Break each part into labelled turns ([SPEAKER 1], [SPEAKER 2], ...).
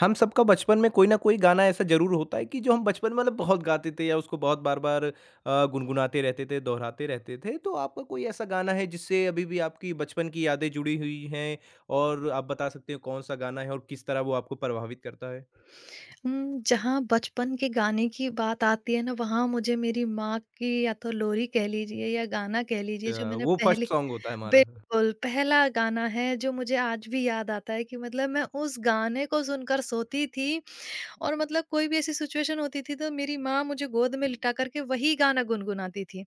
[SPEAKER 1] हम सबका बचपन में कोई ना कोई गाना ऐसा ज़रूर होता है कि जो हम बचपन में मतलब बहुत गाते थे या उसको बहुत बार-बार गुनगुनाते रहते थे, दोहराते रहते थे। तो आपका कोई ऐसा गाना है जिससे अभी भी आपकी बचपन की यादें जुड़ी हुई हैं और आप बता सकते हो कौन-सा गाना है और किस तरह वो आपको प्रभावित करता है?
[SPEAKER 2] जहाँ बचपन के गाने की बात आती है ना, वहाँ मुझे मेरी माँ की या तो लोरी कह लीजिए या गाना कह लीजिए जो मैंने
[SPEAKER 1] वो फर्स्ट
[SPEAKER 2] पहले
[SPEAKER 1] सॉन्ग होता है हमारा।
[SPEAKER 2] बिल्कुल, पहला गाना है जो मुझे आज भी याद आता है कि मतलब मैं उस गाने को सुनकर सोती थी। और मतलब कोई भी ऐसी सिचुएशन होती थी तो मेरी माँ मुझे गोद में लिटा करके वही गाना गुनगुनाती थी।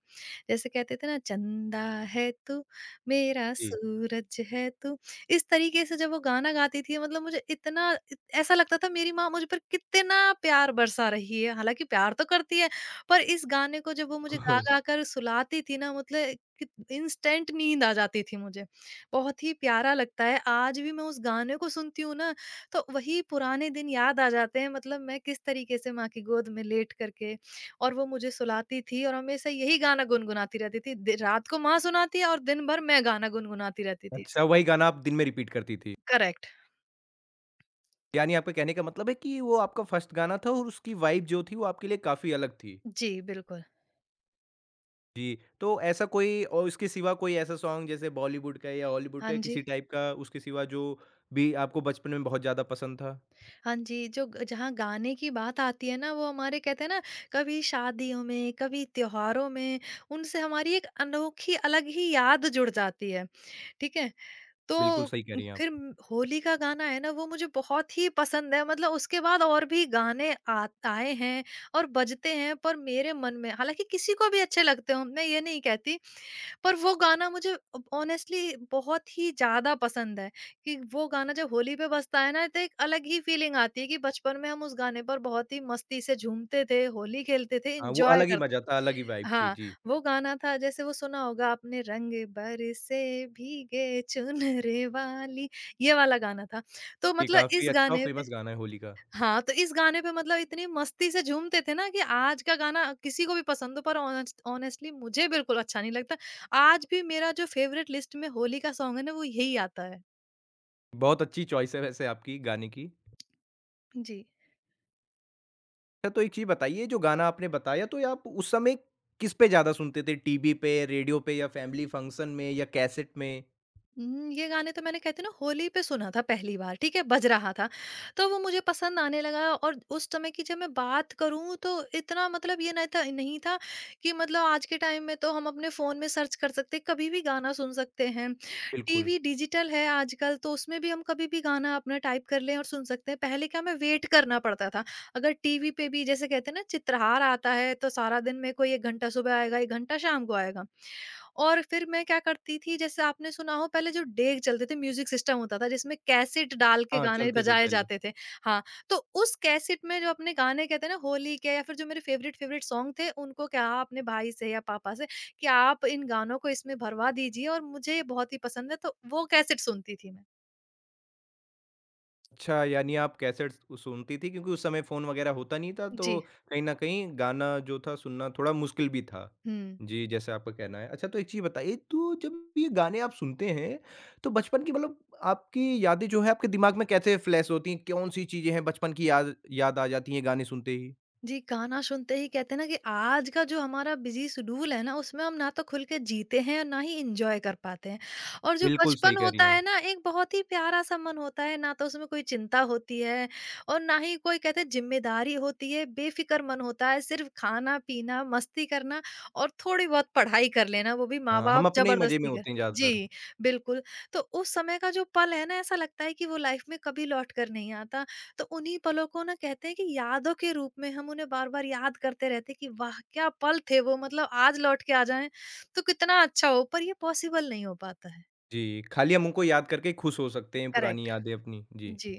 [SPEAKER 2] जैसे कहते थे ना, चंदा है तू, मेरा
[SPEAKER 1] जी।
[SPEAKER 2] सूरज है तू। इस तरीके से जब वो गाना गाती थी मतलब मुझे ऐसा लगता था मेरी माँ मुझ पर कितना प्यार बरसा रही है, हालांकि प्यार तो करती है, पर इस गाने को जब वो मुझे गा
[SPEAKER 1] कूल।
[SPEAKER 2] गा कर सुलाती थी ना, मतलब इंस्टेंट नींद आ जाती थी मुझे। बहुत ही प्यारा लगता है, आज भी मैं उस गाने को सुनती हूँ ना, तो वही पुराने दिन याद आ जाते हैं। मतलब मैं किस तरीके से माँ की गोद में लेट करके, और वो मुझे सुलाती थी और हमेशा यही गाना गुनगुनाती रहती थी। रात को माँ सुनाती है और दिन भर मैं गाना गुनगुनाती रहती थी
[SPEAKER 1] अच्छा
[SPEAKER 2] इसको।
[SPEAKER 1] वही गाना आप दिन में रिपीट करती थी।
[SPEAKER 2] करेक्ट।
[SPEAKER 1] यानी आपका कहने का मतलब है कि वो आपका फर्स्ट गाना था और उसकी वाइब जो थी वो आपके लिए काफ़ी अलग थी।
[SPEAKER 2] जी बिल्कुल।
[SPEAKER 1] जी, तो ऐसा कोई और उसके सिवा कोई ऐसा सॉन्ग जैसे बॉलीवुड का या हॉलीवुड का
[SPEAKER 2] हाँ
[SPEAKER 1] या
[SPEAKER 2] जी,
[SPEAKER 1] किसी टाइप का उसके सिवा जो भी आपको बचपन में बहुत ज़्यादा पसंद था?
[SPEAKER 2] हाँ जी, जहाँ गाने की बात आती है ना, वो हमारे कहते हैं ना, कभी शादियों में, कभी त्योहारों में, उनसे हमारी एक अनोखी अलग ही याद जुड़ जाती है। ठीक है।
[SPEAKER 1] बिल्कुल
[SPEAKER 2] तो
[SPEAKER 1] सही कह रही हैं आप।
[SPEAKER 2] फिर होली का गाना है ना, वो मुझे बहुत ही पसंद है। मतलब उसके बाद और भी गाने आए हैं और बजते हैं, पर मेरे मन में, हालांकि किसी को भी अच्छे लगते हो, मैं ये नहीं कहती, पर वो गाना मुझे ऑनेस्टली बहुत ही ज्यादा पसंद है। कि वो गाना जब होली पे बजता है ना, तो एक अलग ही फीलिंग आती है कि बचपन में हम उस गाने पर बहुत ही मस्ती से झूमते थे, होली खेलते थे,
[SPEAKER 1] हाँ, वो
[SPEAKER 2] एंजॉय।
[SPEAKER 1] अलग ही मज़ा था, अलग ही वाइब थी।
[SPEAKER 2] हाँ,
[SPEAKER 1] जी,
[SPEAKER 2] वो गाना था, जैसे वो सुना होगा आपने, रंग बरसे भीगे चुनरे वाली, ये वाला गाना था। तो
[SPEAKER 1] ये
[SPEAKER 2] मतलब
[SPEAKER 1] काफ़ी
[SPEAKER 2] इस
[SPEAKER 1] अच्छा और
[SPEAKER 2] गाने पे,
[SPEAKER 1] फ़ेमस गाना है होली का।
[SPEAKER 2] हाँ, तो इस गाने पे मतलब इतनी मस्ती से झूमते थे ना, कि आज का गाना किसी को भी पसंद हो, पर ऑनेस्टली मुझे बिल्कुल अच्छा नहीं लगता। आज भी मेरा जो फ़ेवरेट लिस्ट में होली का सॉन्ग है ना, वो यही आता है।
[SPEAKER 1] बहुत अच्छी चॉइस है वैसे आपकी गाने की।
[SPEAKER 2] जी।
[SPEAKER 1] अच्छा तो एक चीज़ बताइए जो गाना आपने बताया तो ये आप उस समय किस पे ज़्यादा सुनते थे? टीवी पे, रेडियो पे या फैमिली फंक्शन में या कैसेट में?
[SPEAKER 2] ये गाने तो मैंने कहते हैं ना होली पे सुना था पहली बार, ठीक है? बज रहा था, तो वो मुझे पसंद आने लगा। और उस समय की जब मैं बात करूँ, तो इतना मतलब ये नहीं था कि मतलब आज के टाइम में तो हम अपने फ़ोन में सर्च कर सकते हैं, कभी भी गाना सुन सकते हैं।
[SPEAKER 1] बिल्कुल।
[SPEAKER 2] टीवी डिजिटल है आजकल, तो उसमें भी हम कभी भी गाना अपना टाइप कर लें और सुन सकते हैं। पहले क्या हमें वेट करना पड़ता था, अगर टीवी पे भी, जैसे कहते हैं ना, चित्रहार आता है तो सारा दिन मेरे को 1 घंटा सुबह आएगा, 1 घंटा शाम को आएगा। और फिर मैं क्या करती थी, जैसे आपने सुना हो, पहले जो डेग चलते थे म्यूजिक सिस्टम होता था, जिसमें कैसेट डाल के
[SPEAKER 1] हाँ,
[SPEAKER 2] गाने
[SPEAKER 1] चलते थे
[SPEAKER 2] बजाए
[SPEAKER 1] पहले।
[SPEAKER 2] जाते थे। हाँ। तो उस कैसेट में जो अपने गाने कहते हैं ना, होली के या फिर जो मेरे फेवरेट फेवरेट सॉन्ग थे, उनको क्या अपने भाई से या पापा से कि आप इन गानों को इसमें भरवा दीजिए और मुझे ये बहुत ही पसंद है, तो वो कैसेट सुनती थी मैं।
[SPEAKER 1] अच्छा, यानी आप कैसेट्स उ सुनती थी क्योंकि उस समय फ़ोन वग़ैरह होता नहीं था, तो
[SPEAKER 2] जी।
[SPEAKER 1] कहीं न कहीं गाना जो था सुनना थोड़ा मुश्किल भी था।
[SPEAKER 2] हम्म।
[SPEAKER 1] जी, जैसा आपका कहना है। अच्छा, तो एक चीज़ बताइए तो जब ये गाने आप सुनते हैं, तो बचपन की मतलब आपकी यादें जो है आपके दिमाग में कैसे फ्लैश होती हैं? कौन-सी चीज़ें हैं बचपन की याद याद आ जाती हैं गाने सुनते ही?
[SPEAKER 2] जी, गाना सुनते ही कहते हैं ना, कि आज का जो हमारा बिज़ी शेड्यूल है ना, उसमें हम ना तो खुल के जीते हैं और ना ही एन्जॉय कर पाते हैं। और जो
[SPEAKER 1] बिल्कुल सही
[SPEAKER 2] बचपन
[SPEAKER 1] कह रही
[SPEAKER 2] होता
[SPEAKER 1] हैं आप।
[SPEAKER 2] है ना, एक बहुत ही प्यारा-सा मन होता है, ना तो उसमें कोई चिंता होती है और ना ही कोई कहते हैं ज़िम्मेदारी होती है, बेफ़िक्र मन होता है, सिर्फ़ खाना-पीना, मस्ती करना और थोड़ी बहुत पढ़ाई कर लेना, वो भी
[SPEAKER 1] हाँ, हम
[SPEAKER 2] माँ-बाप
[SPEAKER 1] अपने ही मज़े में
[SPEAKER 2] ज़बरदस्ती कर।
[SPEAKER 1] होते हैं ज़्यादातर।
[SPEAKER 2] जी, बिल्कुल। तो उस समय का जो पल है ना, ऐसा लगता है कि वो लाइफ़ में कभी लौट कर नहीं आता। तो उन्हीं पलों को ना कहते हैं कि यादों के रूप में हम उन्हें बार-बार याद करते रहते हैं, कि वाह! क्या पल थे वो, मतलब आज लौट के आ जाएँ तो कितना अच्छा हो, पर ये पॉसिबल नहीं हो पाता है।
[SPEAKER 1] जी, खाली हम उनको याद करके खुश हो सकते हैं पुरानी
[SPEAKER 2] करेक्ट।
[SPEAKER 1] यादें अपनी। जी।
[SPEAKER 2] जी।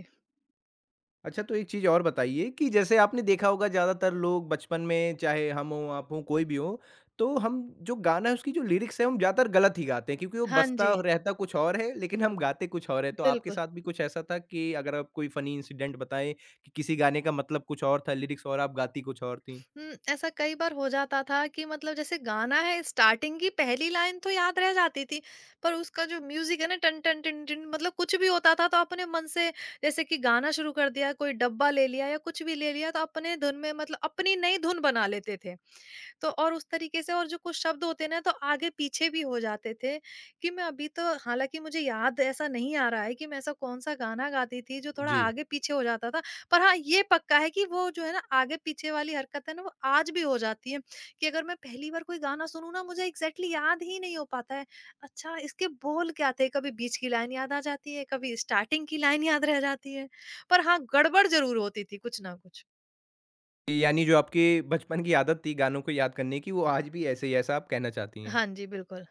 [SPEAKER 1] अच्छा, तो एक चीज़ और बताइए कि जैसे आपने देखा होगा ज़्यादातर लोग बचपन में चाहे हम हों, आप हों, कोई भी हो, तो हम जो गाना है उसकी जो लिरिक्स है हम ज़्यादातर गलत ही गाते हैं क्योंकि वो
[SPEAKER 2] हाँ
[SPEAKER 1] बजता
[SPEAKER 2] जी,
[SPEAKER 1] रहता कुछ और है लेकिन हम गाते कुछ और है। तो आपके
[SPEAKER 2] बिल्कुल।
[SPEAKER 1] साथ भी कुछ ऐसा था कि अगर आप कोई फ़नी इंसिडेंट बताएँ कि किसी गाने का मतलब कुछ और था, लिरिक्स और आप गाती कुछ और थीं?
[SPEAKER 2] ऐसा कई बार हो जाता था कि मतलब जैसे गाना है, स्टार्टिंग की पहली लाइन तो याद रह जाती थी, पर उसका जो म्यूज़िक है ना, टन टन टिन टिन, मतलब कुछ भी होता था तो अपने मन से, जैसे कि गाना शुरू कर दिया, कोई डब्बा ले लिया या कुछ भी ले लिया तो अपने धुन में, मतलब अपनी नई धुन बना लेते थे। तो और उस तरीके से, और जो कुछ शब्द होते हैं ना, तो आगे-पीछे भी हो जाते थे, कि मैं अभी तो, हालाँकि मुझे याद ऐसा नहीं आ रहा है कि मैं ऐसा कौन-सा गाना गाती थी जो थोड़ा
[SPEAKER 1] जी।
[SPEAKER 2] आगे-पीछे हो जाता था। पर हाँ, ये पक्का है कि वो जो है ना, आगे-पीछे वाली हरकत है ना, वो आज भी हो जाती है। कि अगर मैं पहली बार कोई गाना सुनूँ ना, मुझे एग्ज़ैक्टली याद ही नहीं हो पाता है। अच्छा, इसके बोल क्या थे? कभी बीच की लाइन याद आ जाती है, कभी स्टार्टिंग की लाइन याद रह जाती है। पर हाँ, गड़बड़ ज़रूर होती थी कुछ ना कुछ।
[SPEAKER 1] यानी जो आपकी बचपन की आदत थी गानों को याद करने की वो आज भी ऐसे ही है, ऐसा आप कहना चाहती हैं?
[SPEAKER 2] हाँ जी, बिल्कुल।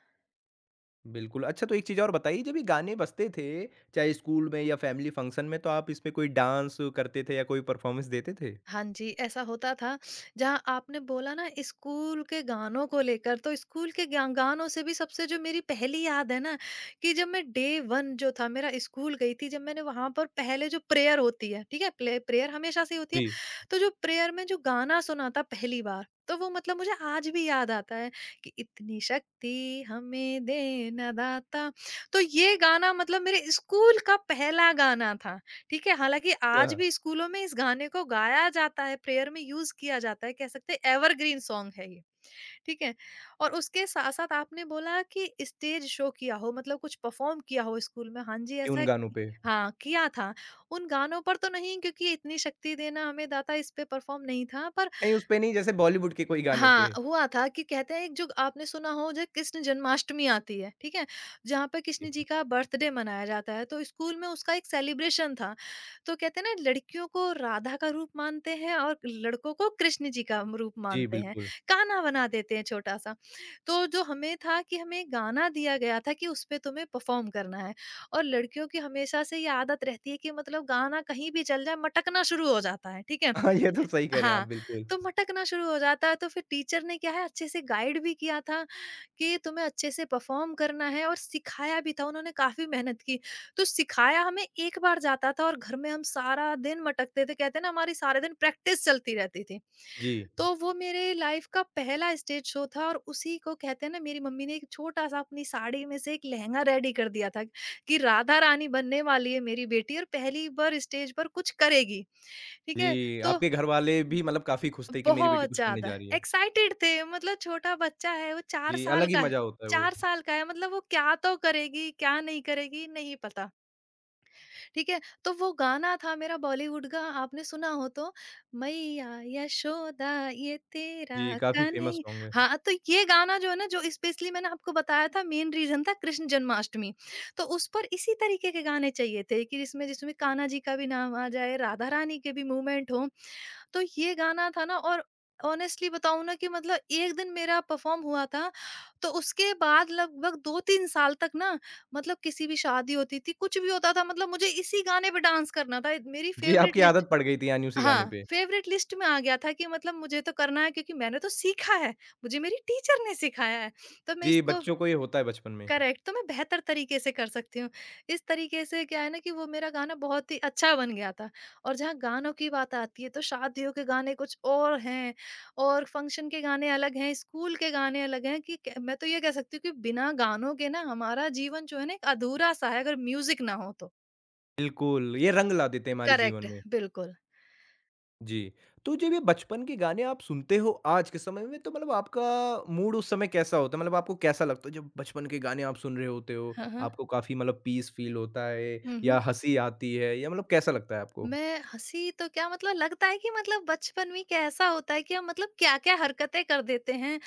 [SPEAKER 1] बिल्कुल। अच्छा तो एक चीज़ और बताइए जब ये गाने बजते थे, चाहे स्कूल में या फैमिली फंक्शन में तो आप इस पे कोई डांस करते थे या कोई परफॉर्मेंस देते थे?
[SPEAKER 2] हाँ जी, ऐसा होता था। जहाँ आपने बोला ना स्कूल के गानों को लेकर, तो स्कूल के गा गानों से भी सबसे जो मेरी पहली याद है ना, कि जब मैं डे 1 जो था मेरा स्कूल गई थी, जब मैंने वहाँ पर पहले जो प्रेयर होती है, ठीक है? प्ले प्रेयर हमेशा से ही होती है।
[SPEAKER 1] जी।
[SPEAKER 2] तो जो प्रेयर में जो गाना सुना था पहली बार, तो वो मतलब मुझे आज भी याद आता है, कि इतनी शक्ति हमें दे ना दाता। तो ये गाना मतलब मेरे स्कूल का पहला गाना था। ठीक है, हालाँकि आज
[SPEAKER 1] अच्छा,
[SPEAKER 2] भी स्कूलों में इस गाने को गाया जाता है, प्रेयर में यूज़ किया जाता है, कह सकते हैं एवरग्रीन सॉन्ग है ये, ठीक है? और उसके साथ-साथ आपने बोला कि स्टेज शो किया हो, मतलब कुछ परफ़ॉर्म किया हो स्कूल में, हाँ जी,
[SPEAKER 1] कि उन
[SPEAKER 2] ऐसा
[SPEAKER 1] गानों पे?
[SPEAKER 2] हाँ, किया था। उन गानों पर तो नहीं, क्योंकि इतनी शक्ति देना हमें दाता इस पे परफ़ॉर्म नहीं था, पर
[SPEAKER 1] नहीं उस पे नहीं जैसे बॉलीवुड के कोई गानों
[SPEAKER 2] हाँ,
[SPEAKER 1] पे?
[SPEAKER 2] हुआ था। कि कहते हैं एक जो आपने सुना हो, जो कृष्ण जन्माष्टमी आती है, ठीक है? जहाँ पे
[SPEAKER 1] जी,
[SPEAKER 2] कृष्ण जी का बर्थडे मनाया जाता है, तो स्कूल में उसका एक सेलिब्रेशन था। तो कहते हैं ना, लड़कियों को राधा का रूप मानते हैं और लड़कों को कृष्ण जी का म रूप
[SPEAKER 1] जी,
[SPEAKER 2] मानते हैं,
[SPEAKER 1] बिल्कुल।
[SPEAKER 2] गाना बना देते हैं छोटा-सा। तो जो हमें था कि हमें गाना दिया गया था कि उसपे तुम्हें परफ़ॉर्म करना है, और लड़कियों की हमेशा से ये आदत रहती है कि मतलब गाना कहीं भी चल जाए मटकना शुरू हो जाता है, ठीक है?
[SPEAKER 1] हाँ, ये तो सही कह रहे हैं आप,
[SPEAKER 2] हाँ,
[SPEAKER 1] बिल्कुल।
[SPEAKER 2] तो मटकना शुरू हो जाता है, तो फिर टीचर ने क्या है, अच्छे से गाइड भी किया था कि तुम्हें अच्छे से परफॉर्म करना है, और सिखाया भी था, उन्होंने काफ़ी मेहनत की। तो सिखाया हमें एक बार जाता था और घर में हम सारा दिन मटकते थे, कहते हैं ना, हमारी सारे दिन प्रैक्टिस चलती रहती थी।
[SPEAKER 1] जी।
[SPEAKER 2] तो वो मेरे लाइफ़ का पहला स्टेज शो था और उसी को कहते हैं ना, मेरी मम्मी ने एक छोटा-सा अपनी साड़ी में से एक लहंगा रेडी कर दिया था कि राधा रानी बनने वाली है मेरी बेटी और पहली बार स्टेज पर कुछ करेगी, ठीक है?
[SPEAKER 1] जी,
[SPEAKER 2] तो
[SPEAKER 1] आपके घर वाले भी मतलब काफ़ी खुश थे कि मेरी बेटी
[SPEAKER 2] बहुत
[SPEAKER 1] कुछ करने
[SPEAKER 2] ज़्यादा
[SPEAKER 1] जा रही है।
[SPEAKER 2] एक्साइटेड थे, मतलब छोटा बच्चा है, वो 4
[SPEAKER 1] जी, अलग
[SPEAKER 2] साल
[SPEAKER 1] ही
[SPEAKER 2] का है,
[SPEAKER 1] मज़ा होता है वो।
[SPEAKER 2] 4 साल का है, मतलब वो क्या तो करेगी, क्या नहीं करेगी नहीं पता, ठीक है? तो वो गाना था मेरा बॉलीवुड का आपने सुना हो तो मैया यशोदा ये तेरा
[SPEAKER 1] जी, काफ़ी फ़ेमस
[SPEAKER 2] कन्हैया।
[SPEAKER 1] सॉन्ग है।
[SPEAKER 2] हाँ, तो ये गाना जो है ना जो स्पेशली मैंने आपको बताया था मेन रीज़न था कृष्ण जन्माष्टमी। तो उस पर इसी तरीके के गाने चाहिए थे कि जिसमें जिसमें कान्हा जी का भी नाम आ जाए, राधा रानी के भी मूवमेंट हो। तो ये गाना था ना। और ऑनेस्टली बताऊँ ना कि मतलब एक दिन मेरा परफॉर्म हुआ था, तो उसके बाद लगभग 2-3 साल तक ना मतलब किसी भी शादी होती थी, कुछ भी होता था मतलब मुझे इसी गाने पे डांस करना था। मेरी
[SPEAKER 1] जी,
[SPEAKER 2] फेवरेट
[SPEAKER 1] आपकी
[SPEAKER 2] लिस्ट।
[SPEAKER 1] आदत पड़ गई थी यानी उसी गाने
[SPEAKER 2] हाँ,
[SPEAKER 1] पे।
[SPEAKER 2] फेवरेट लिस्ट में आ गया था कि मतलब मुझे तो करना है क्योंकि मैंने तो सीखा है, मुझे मेरी टीचर ने सिखाया है। तो मैं
[SPEAKER 1] जी,
[SPEAKER 2] इसको
[SPEAKER 1] बच्चों को ये होता है बचपन में।
[SPEAKER 2] करेक्ट तो मैं बेहतर तरीके से कर सकती हूँ। इस तरीके से क्या है ना कि वो मेरा गाना बहुत ही अच्छा बन गया था। और जहाँ गानों की बात आती है तो शादियों के गाने कुछ और हैं और फंक्शन के गाने अलग हैं, स्कूल के गाने अलग हैं। कि क मैं तो ये कह सकती हूँ कि बिना गानों के ना हमारा जीवन जो है ना एक अधूरा-सा है अगर म्यूज़िक ना हो तो।
[SPEAKER 1] बिल्कुल, ये रंग ला देते हैं हमारे जीवन
[SPEAKER 2] करेक्ट।
[SPEAKER 1] में।
[SPEAKER 2] बिल्कुल।
[SPEAKER 1] जी। तो जब ये बचपन के गाने आप सुनते हो आज के समय में तो मतलब आपका मूड उस समय कैसा होता है? मतलब आपको कैसा लगता है जब बचपन के गाने आप सुन रहे होते हो?
[SPEAKER 2] हाँ, हाँ।
[SPEAKER 1] आपको काफ़ी मतलब पीस फ़ील होता है
[SPEAKER 2] हुँ,
[SPEAKER 1] या
[SPEAKER 2] हुँ।
[SPEAKER 1] हँसी आती है या मतलब कैसा लगता है आपको?
[SPEAKER 2] मैं हँसी तो क्या मतलब लगता है कि मतलब बचपन में कैसा होता है कि हम मतलब क्या-क्या हरकतें कर देते हैं।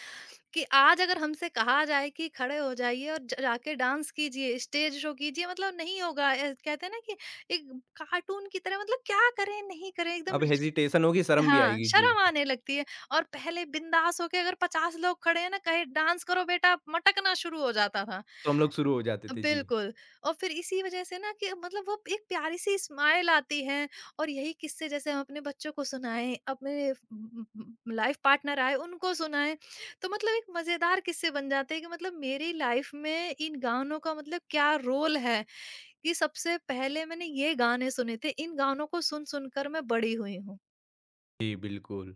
[SPEAKER 2] कि आज अगर हमसे कहा जाए कि खड़े हो जाइए और जाके डांस कीजिए स्टेज शो कीजिए मतलब नहीं होगा। कहते हैं ना कि एक कार्टून की तरह मतलब क्या करें नहीं करें एकदम
[SPEAKER 1] अब
[SPEAKER 2] ज-
[SPEAKER 1] हेजिटेशन होगी, शर्म भी
[SPEAKER 2] हाँ,
[SPEAKER 1] आएगी। जी,
[SPEAKER 2] शर्म आने लगती है। और पहले बिंदास होके अगर 50 लोग खड़े हैं ना कहे डांस करो बेटा मटकना शुरू हो जाता था।
[SPEAKER 1] तो हम लोग शुरू हो जाते थे। जी।
[SPEAKER 2] बिल्कुल। और फिर इसी वजह से ना कि मतलब वो एक प्यारी सी स्माइल आती है। और यही किस्से जैसे हम अपने बच्चों को सुनाएं अपने लाइफ पार्टनर आए उनको सुनाएं। तो मतलब एक मजेदार किस्से बन जाते हैं कि मतलब मेरी लाइफ में इन गानों का मतलब क्या रोल है। कि सबसे पहले मैंने ये गाने सुने थे, इन गानों को सुनकर मैं बड़ी हुई हूँ।
[SPEAKER 1] जी, बिल्कुल।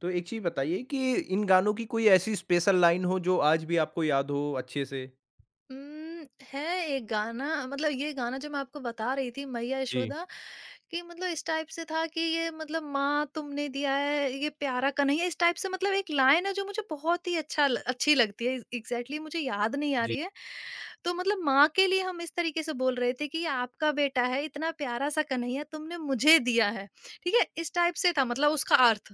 [SPEAKER 1] तो एक चीज़ बताइए कि इन गानों की कोई ऐसी स्पेशल लाइन हो जो आज भी आपको याद हो अच्छे से?
[SPEAKER 2] उम, है, एक गाना मतलब ये गाना जो मैं आपको बता रही थी मैया
[SPEAKER 1] जी,
[SPEAKER 2] यशोदा। कि मतलब इस टाइप से था कि ये मतलब माँ तुमने दिया है ये प्यारा कन्हैया, इस टाइप से मतलब एक लाइन है जो मुझे बहुत ही अच्छी लगती है। एग्जैक्टली exactly मुझे याद नहीं आ
[SPEAKER 1] जी,
[SPEAKER 2] रही है। तो मतलब माँ के लिए हम इस तरीके से बोल रहे थे कि ये आपका बेटा है इतना प्यारा सा कन्हैया तुमने मुझे दिया है, ठीक है, इस टाइप से था मतलब उसका अर्थ।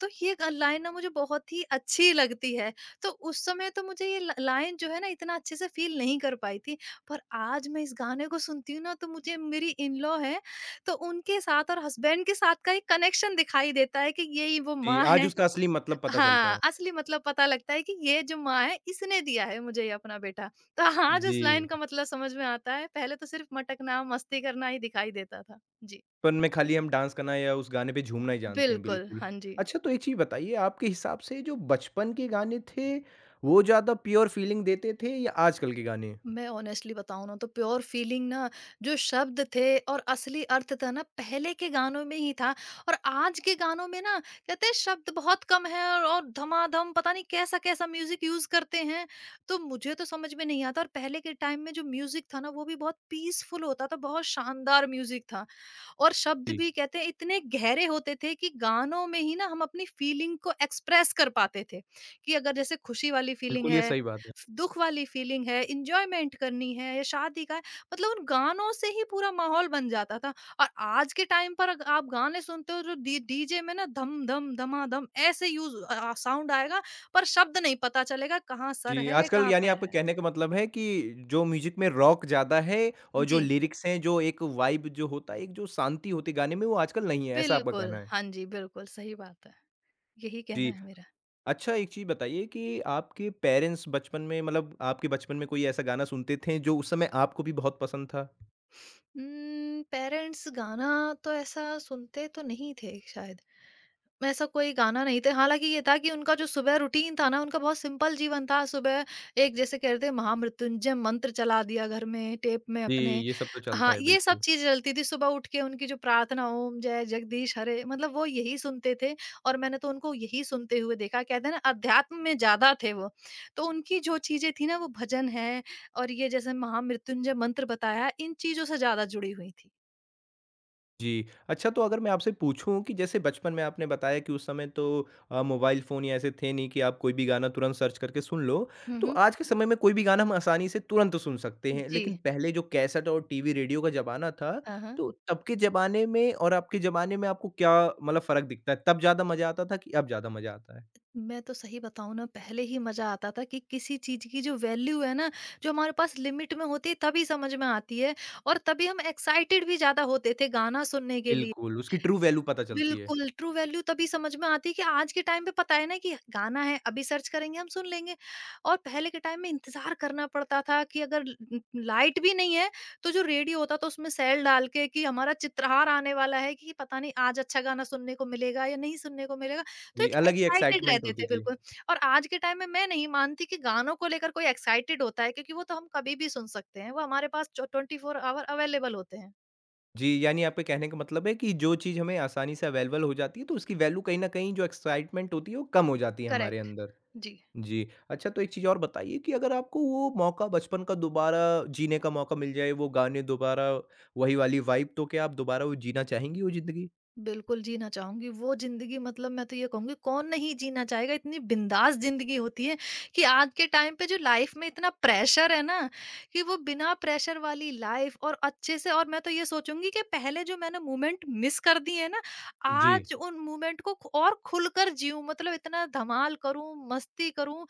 [SPEAKER 2] तो ये लाइन ना मुझे बहुत ही अच्छी लगती है। तो उस समय तो मुझे ये ल लाइन जो है ना इतना अच्छे से फ़ील नहीं कर पाई थी, पर आज मैं इस गाने को सुनती हूँ ना तो मुझे मेरी इन-लॉ है, तो उनके साथ और हस्बैंड के साथ का एक कनेक्शन दिखाई देता है कि यही वो
[SPEAKER 1] जी।
[SPEAKER 2] माँ
[SPEAKER 1] आज
[SPEAKER 2] है।
[SPEAKER 1] उसका असली मतलब पता चलता
[SPEAKER 2] हाँ,
[SPEAKER 1] है।
[SPEAKER 2] असली मतलब पता लगता है कि ये जो माँ है इसने दिया है मुझे ये अपना बेटा। तो आज
[SPEAKER 1] जी।
[SPEAKER 2] उस लाइन का मतलब समझ में आता है, पहले तो सिर्फ़ मटकना, मस्ती करना ही दिखाई देता था। जी।
[SPEAKER 1] फन में खाली हम डांस करना या उस गाने पे झूमना ही जानते हैं,
[SPEAKER 2] बिल्कुल,
[SPEAKER 1] बिल्कुल।
[SPEAKER 2] हाँ जी।
[SPEAKER 1] अच्छा तो एक चीज़ बताइए आपके हिसाब से जो बचपन के गाने थे, वो ज़्यादा प्योर फीलिंग देते थे या आजकल के गाने?
[SPEAKER 2] मैं ऑनेस्टली बताऊँ ना तो प्योर फीलिंग ना, जो शब्द थे और असली अर्थ था ना पहले के गानों में ही था। और आज के गानों में ना कहते हैं शब्द बहुत कम है, और धमाधम पता नहीं कैसा कैसा म्यूजिक यूज करते हैं। तो मुझे तो समझ में नहीं आता। और पहले के टाइम में जो म्यूजिक था ना वो भी बहुत पीसफुल होता था, बहुत शानदार म्यूजिक था। और शब्द
[SPEAKER 1] जी,
[SPEAKER 2] भी कहते हैं इतने गहरे होते थे कि गानों में ही ना हम अपनी फीलिंग को एक्सप्रेस कर पाते थे। कि अगर जैसे खुशी वाली फीलिंग
[SPEAKER 1] बिल्कुल ये
[SPEAKER 2] है,
[SPEAKER 1] सही बात है।
[SPEAKER 2] दुख वाली फीलिंग है, इंजॉयमेंट करनी है या शादी का है, मतलब उन गानों से ही पूरा माहौल बन जाता था। और आज के टाइम पर अगर आप गाने सुनते हो तो डीजे में ना धम धम धमाधम ऐसे यूज साउंड आएगा, पर शब्द नहीं पता चलेगा कहाँ सर
[SPEAKER 1] जी,
[SPEAKER 2] है
[SPEAKER 1] आजकल
[SPEAKER 2] कहाँ
[SPEAKER 1] यानी
[SPEAKER 2] पैर
[SPEAKER 1] आपके
[SPEAKER 2] है।
[SPEAKER 1] कहने का मतलब है कि जो म्यूज़िक में रॉक ज़्यादा है और जो
[SPEAKER 2] जी,
[SPEAKER 1] लिरिक्स हैं, जो एक वाइब जो होता है, एक जो शांति होती है गाने में, वो आजकल नहीं है, ऐसा आपका
[SPEAKER 2] बिल्कुल,
[SPEAKER 1] कहना है?
[SPEAKER 2] हाँ जी, बिल्कुल सही बात है। यही कहना
[SPEAKER 1] जी।
[SPEAKER 2] है मेरा।
[SPEAKER 1] अच्छा एक चीज़ बताइए कि आपके पेरेंट्स बचपन में मतलब आपके बचपन में कोई ऐसा गाना सुनते थे, जो उस समय आपको भी बहुत पसंद था?
[SPEAKER 2] पेरेंट्स गाना तो ऐसा सुनते तो नहीं थे शायद, ऐसा कोई गाना नहीं था। हालाँकि ये था कि उनका जो सुबह रूटीन था ना, उनका बहुत सिंपल जीवन था। सुबह एक जैसे कहते हैं महामृत्युंजय मंत्र चला दिया घर में, टेप में
[SPEAKER 1] जी,
[SPEAKER 2] अपने।
[SPEAKER 1] ये सब तो चलता
[SPEAKER 2] हाँ,
[SPEAKER 1] है,
[SPEAKER 2] ये सब
[SPEAKER 1] बिल्कुल।
[SPEAKER 2] चीज़ चलती थी। सुबह उठ के उनकी जो प्रार्थना ओम जय जगदीश हरे मतलब वो यही सुनते थे। और मैंने तो उनको यही सुनते हुए देखा। कहते हैं ना अध्यात्म में ज़्यादा थे वो। तो उनकी जो चीज़ें थी ना वो भजन है और ये जैसे महामृत्युंजय मंत्र बताया, इन चीज़ों से ज़्यादा जुड़ी हुई थी।
[SPEAKER 1] जी, अच्छा तो अगर मैं आपसे पूछूँ कि जैसे बचपन में आपने बताया कि उस समय तो मोबाइल फ़ोन या ऐसे थे नहीं कि आप कोई भी गाना तुरंत सर्च करके सुन लो।
[SPEAKER 2] हुँ,
[SPEAKER 1] तो
[SPEAKER 2] हुँ।
[SPEAKER 1] आज के समय में कोई भी गाना हम आसानी से तुरंत सुन सकते हैं,
[SPEAKER 2] जी।
[SPEAKER 1] लेकिन पहले जो कैसेट और टीवी, रेडियो का ज़माना था,
[SPEAKER 2] हाँ, हाँ।
[SPEAKER 1] तो तब के ज़माने में और अब के ज़माने में आपको क्या मतलब फ़र्क दिखता है? तब ज़्यादा मज़ा आता था कि अब ज़्यादा मज़ा आता है?
[SPEAKER 2] मैं तो सही बताऊं ना पहले ही मजा आता था, कि किसी चीज की जो वैल्यू है ना जो हमारे पास लिमिट में होती है तभी समझ में आती है। और तभी हम एक्साइटेड भी ज्यादा होते थे गाना सुनने के लिए।
[SPEAKER 1] बिल्कुल, उसकी ट्रू वैल्यू पता चलती है।
[SPEAKER 2] बिल्कुल, ट्रू वैल्यू तभी समझ में आती है कि आज के टाइम पे पता है ना कि गाना है, अभी सर्च करेंगे हम सुन लेंगे। और पहले के टाइम में इंतज़ार करना पड़ता था कि अगर ल ल लाइट भी नहीं है, तो जो रेडियो होता था उसमें सेल डाल के कि हमारा चित्रहार आने वाला है, कि पता नहीं आज अच्छा गाना सुनने को मिलेगा या नहीं सुनने को मिलेगा, तो
[SPEAKER 1] जी,
[SPEAKER 2] एक
[SPEAKER 1] अलग ही
[SPEAKER 2] एक्साइटेड
[SPEAKER 1] एक्साइटमेंट
[SPEAKER 2] रहते
[SPEAKER 1] होती
[SPEAKER 2] थे
[SPEAKER 1] थी।
[SPEAKER 2] बिल्कुल। और आज के टाइम में मैं नहीं मानती कि गानों को लेकर कोई एक्साइटेड होता है, क्योंकि वो तो हम कभी भी सुन सकते हैं, वो हमारे पास चौ 24 ऑवर अवेलेबल होते हैं।
[SPEAKER 1] जी, यानी आपके कहने का मतलब है कि जो चीज़ हमें आसानी से अवेलेबल हो जाती है, तो उसकी वैल्यू कहीं न कहीं जो एक्साइटमेंट होती है, वो कम हो जाती है हमारे
[SPEAKER 2] करेक्ट।
[SPEAKER 1] अंदर।
[SPEAKER 2] जी।
[SPEAKER 1] जी। अच्छा तो एक चीज़ और बताइए कि अगर आपको वो मौका बचपन का दोबारा जीने का मौका मिल जाए, वो गाने दोबारा वही वाली वाइब, तो क्या आप दोबारा वो जीना चाहेंगी वो ज़िंदगी?
[SPEAKER 2] बिल्कुल जीना चाहूँगी, वो ज़िंदगी, मतलब मैं तो ये कहूँगी कौन नहीं जीना चाहेगा, इतनी बिंदास ज़िंदगी होती है। कि आज के टाइम पे जो लाइफ़ में इतना प्रेशर है ना, कि वो बिना प्रेशर वाली लाइफ़ और अच्छे से, और मैं तो ये सोचूँगी कि पहले जो मैंने मोमेंट मिस कर दिए हैं ना,
[SPEAKER 1] जी।
[SPEAKER 2] आज उन मोमेंट को खु और खुलकर जिऊँ, मतलब इतना धमाल करूँ, मस्ती करूँ।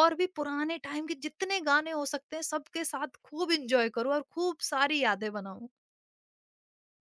[SPEAKER 2] और भी पुराने टाइम के जितने गाने हो सकते हैं सबके साथ खूब एन्जॉय करूँ और खूब सारी यादें बनाऊँ।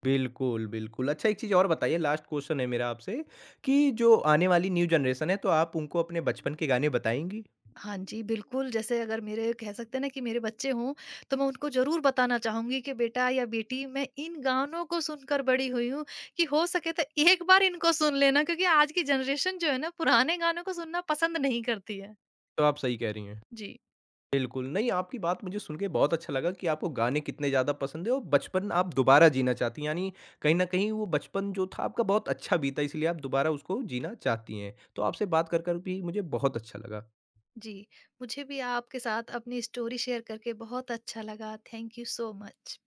[SPEAKER 1] बिल्कुल, बिल्कुल। अच्छा एक चीज़ और बताइए, लास्ट क्वेश्चन है मेरा आपसे कि जो आने वाली न्यू जनरेशन है, तो आप उनको अपने बचपन के गाने बताएँगी?
[SPEAKER 2] हाँ जी, बिल्कुल, जैसे अगर मेरे कह सकते हैं ना कि मेरे बच्चे हों, तो मैं उनको ज़रूर बताना चाहूँगी कि बेटा या बेटी, मैं इन गानों को सुनकर बड़ी हुई हूँ, कि हो सके तो एक बार इनको सुन लेना क्योंकि आज की जनरेशन जो है ना पुराने गानों को सुनना पसंद नहीं करती है।
[SPEAKER 1] तो आप सही कह रही हैं।
[SPEAKER 2] जी।
[SPEAKER 1] बिल्कुल, नहीं आपकी बात मुझे सुन के बहुत अच्छा लगा कि आपको गाने कितने ज़्यादा पसंद है और बचपन आप दोबारा जीना चाहती हैं, यानी कहीं न कहीं वो बचपन जो था आपका बहुत अच्छा बीता इसलिए आप दोबारा उसको जीना चाहती हैं। तो आपसे बात कर भी मुझे बहुत अच्छा लगा।
[SPEAKER 2] जी, मुझे भी आपके साथ अपनी स्टोरी शेयर करके बहुत अच्छा लगा। Thank you so much.